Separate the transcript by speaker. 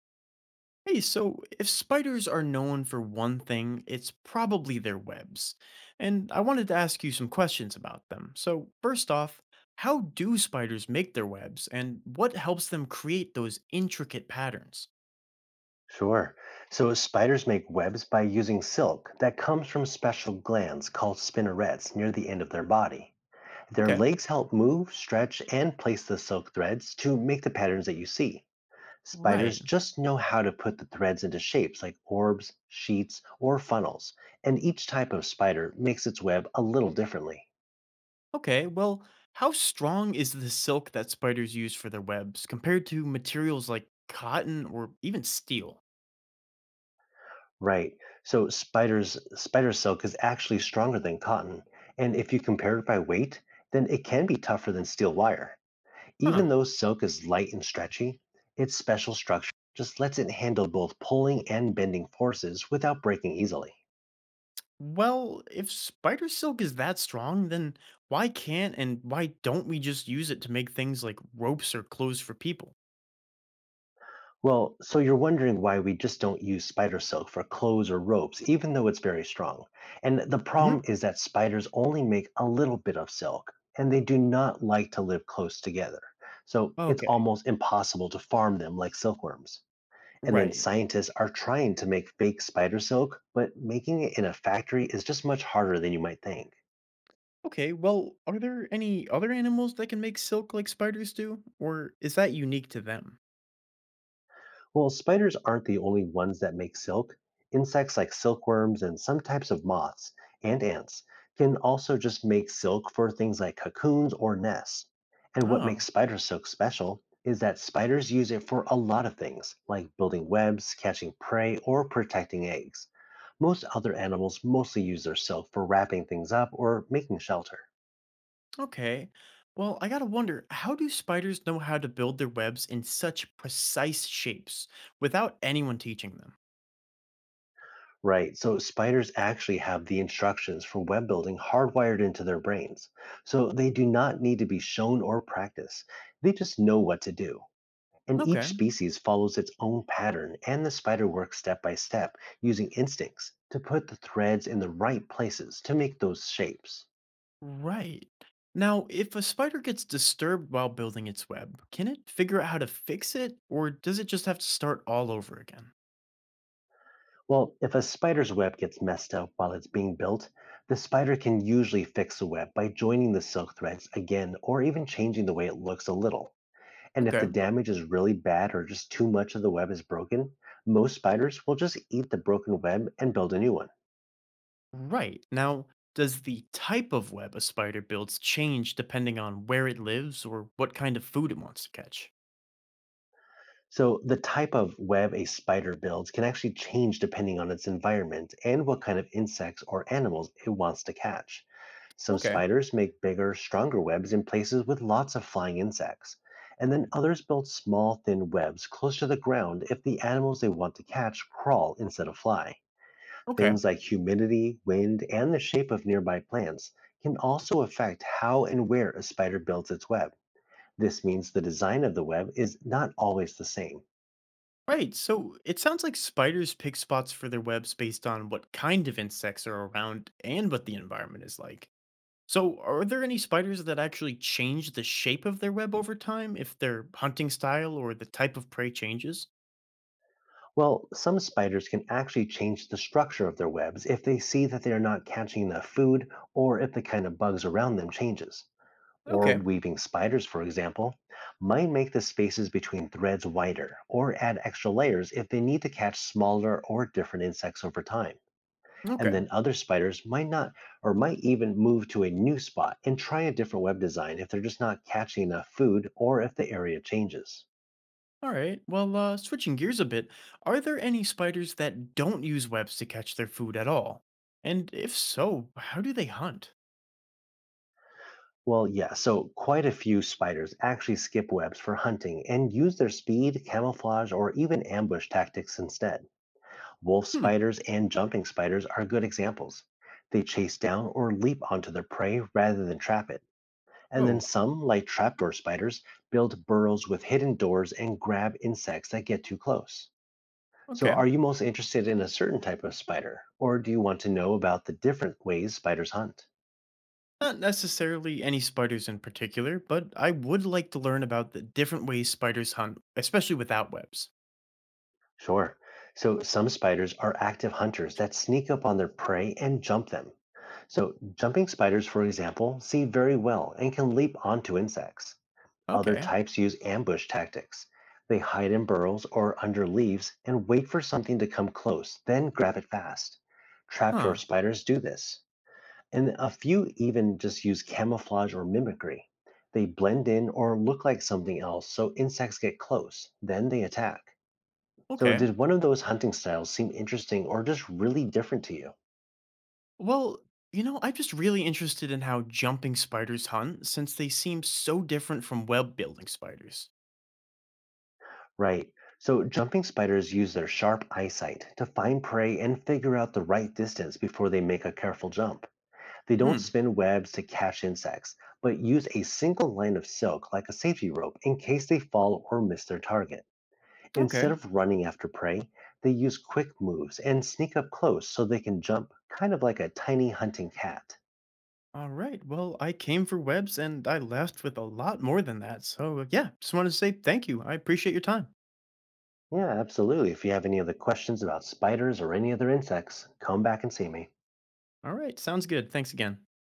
Speaker 1: Hey, so if spiders are known for one thing, it's probably their webs. And I wanted to ask you some questions about them. So, first off, how do spiders make their webs and what helps them create those intricate patterns?
Speaker 2: Sure. So spiders make webs by using silk that comes from special glands called spinnerets near the end of their body. Their
Speaker 1: Okay,
Speaker 2: legs help move, stretch, and place the silk threads to make the patterns that you see. Spiders
Speaker 1: right.
Speaker 2: just know how to put the threads into shapes like orbs, sheets, or funnels, and each type of spider makes its web a little differently.
Speaker 1: Okay, well, how strong is the silk that spiders use for their webs compared to materials like cotton or even steel?
Speaker 2: Right. So spider silk is actually stronger than cotton, and if you compare it by weight, then it can be tougher than steel wire.
Speaker 1: Huh.
Speaker 2: Even though silk is light and stretchy, its special structure just lets it handle both pulling and bending forces without breaking easily.
Speaker 1: Well, if spider silk is that strong, then why can't and why don't we just use it to make things like ropes or clothes for people?
Speaker 2: Well, so you're wondering why we just don't use spider silk for clothes or ropes, even though it's very strong. And the
Speaker 1: Hmm.
Speaker 2: problem is that spiders only make a little bit of silk, and they do not like to live close together. So it's
Speaker 1: Okay,
Speaker 2: almost impossible to farm them like silkworms. And then
Speaker 1: right.
Speaker 2: scientists are trying to make fake spider silk, but making it in a factory is just much harder than you might think.
Speaker 1: Okay, well, are there any other animals that can make silk like spiders do? Or is that unique to them?
Speaker 2: Well, spiders aren't the only ones that make silk. Insects like silkworms and some types of moths and ants can also just make silk for things like cocoons or nests. And what
Speaker 1: Oh,
Speaker 2: makes spider silk special is that spiders use it for a lot of things, like building webs, catching prey, or protecting eggs. Most other animals mostly use their silk for wrapping things up or making shelter.
Speaker 1: okay. Well, I gotta wonder how do spiders know how to build their webs in such precise shapes without anyone teaching them?
Speaker 2: Right. So spiders actually have the instructions for web building hardwired into their brains. So they do not need to be shown or practiced. They just know what to do. And each
Speaker 1: Okay.
Speaker 2: species follows its own pattern, and the spider works step by step using instincts to put the threads in the right places to make those shapes.
Speaker 1: Right. Now, if a spider gets disturbed while building its web, can it figure out how to fix it, or does it just have to start all over again?
Speaker 2: Well, if a spider's web gets messed up while it's being built, the spider can usually fix the web by joining the silk threads again or even changing the way it looks a little. And if the
Speaker 1: Okay.
Speaker 2: damage is really bad or just too much of the web is broken, most spiders will just eat the broken web and build a new one.
Speaker 1: Right. Now, does the type of web a spider builds change depending on where it lives or what kind of food it wants to catch?
Speaker 2: So, the type of web a spider builds can actually change depending on its environment and what kind of insects or animals it wants to catch. Some
Speaker 1: Okay.
Speaker 2: spiders make bigger, stronger webs in places with lots of flying insects. And then others build small, thin webs close to the ground if the animals they want to catch crawl instead of fly.
Speaker 1: Okay.
Speaker 2: Things like humidity, wind, and the shape of nearby plants can also affect how and where a spider builds its web. This means the design of the web is not always the same.
Speaker 1: Right, so it sounds like spiders pick spots for their webs based on what kind of insects are around and what the environment is like. So, are there any spiders that actually change the shape of their web over time if their hunting style or the type of prey changes?
Speaker 2: Well, some spiders can actually change the structure of their webs if they see that they are not catching enough food or if the kind of bugs around them changes. Or
Speaker 1: Okay.
Speaker 2: weaving spiders, for example, might make the spaces between threads wider or add extra layers if they need to catch smaller or different insects over time. And
Speaker 1: Okay.
Speaker 2: then other spiders might not or might even move to a new spot and try a different web design if they're just not catching enough food or if the area changes.
Speaker 1: All right. Well, switching gears a bit, are there any spiders that don't use webs to catch their food at all? And if so, how do they hunt?
Speaker 2: Well, yeah, so quite a few spiders actually skip webs for hunting and use their speed, camouflage, or even ambush tactics instead. Wolf
Speaker 1: Hmm.
Speaker 2: spiders and jumping spiders are good examples. They chase down or leap onto their prey rather than trap it. And then
Speaker 1: Oh,
Speaker 2: some, like trapdoor spiders, build burrows with hidden doors and grab insects that get too close. So,
Speaker 1: okay.
Speaker 2: are you most interested in a certain type of spider, or do you want to know about the different ways spiders hunt?
Speaker 1: Not necessarily any spiders in particular, but I would like to learn about the different ways spiders hunt, especially without webs.
Speaker 2: Sure. So, some spiders are active hunters that sneak up on their prey and jump them. So, jumping spiders, for example, see very well and can leap onto insects. Other
Speaker 1: Okay.
Speaker 2: types use ambush tactics. They hide in burrows or under leaves and wait for something to come close, then grab it fast. Trapdoor
Speaker 1: Huh.
Speaker 2: spiders do this. And a few even just use camouflage or mimicry. They blend in or look like something else so insects get close, then they attack. So,
Speaker 1: Okay.
Speaker 2: did one of those hunting styles seem interesting or just really different to you?
Speaker 1: Well, I'm just really interested in how jumping spiders hunt since they seem so different from web building spiders.
Speaker 2: Right. So, jumping spiders use their sharp eyesight to find prey and figure out the right distance before they make a careful jump. They don't
Speaker 1: Hmm,
Speaker 2: spin webs to catch insects, but use a single line of silk like a safety rope in case they fall or miss their target. Instead
Speaker 1: okay.
Speaker 2: of running after prey, they use quick moves and sneak up close so they can jump, kind of like a tiny hunting cat.
Speaker 1: All right. Well, I came for webs and I left with a lot more than that. So, yeah, just wanted to say thank you. I appreciate your time.
Speaker 2: Yeah, absolutely. If you have any other questions about spiders or any other insects, come back and see me.
Speaker 1: All right. Sounds good. Thanks again.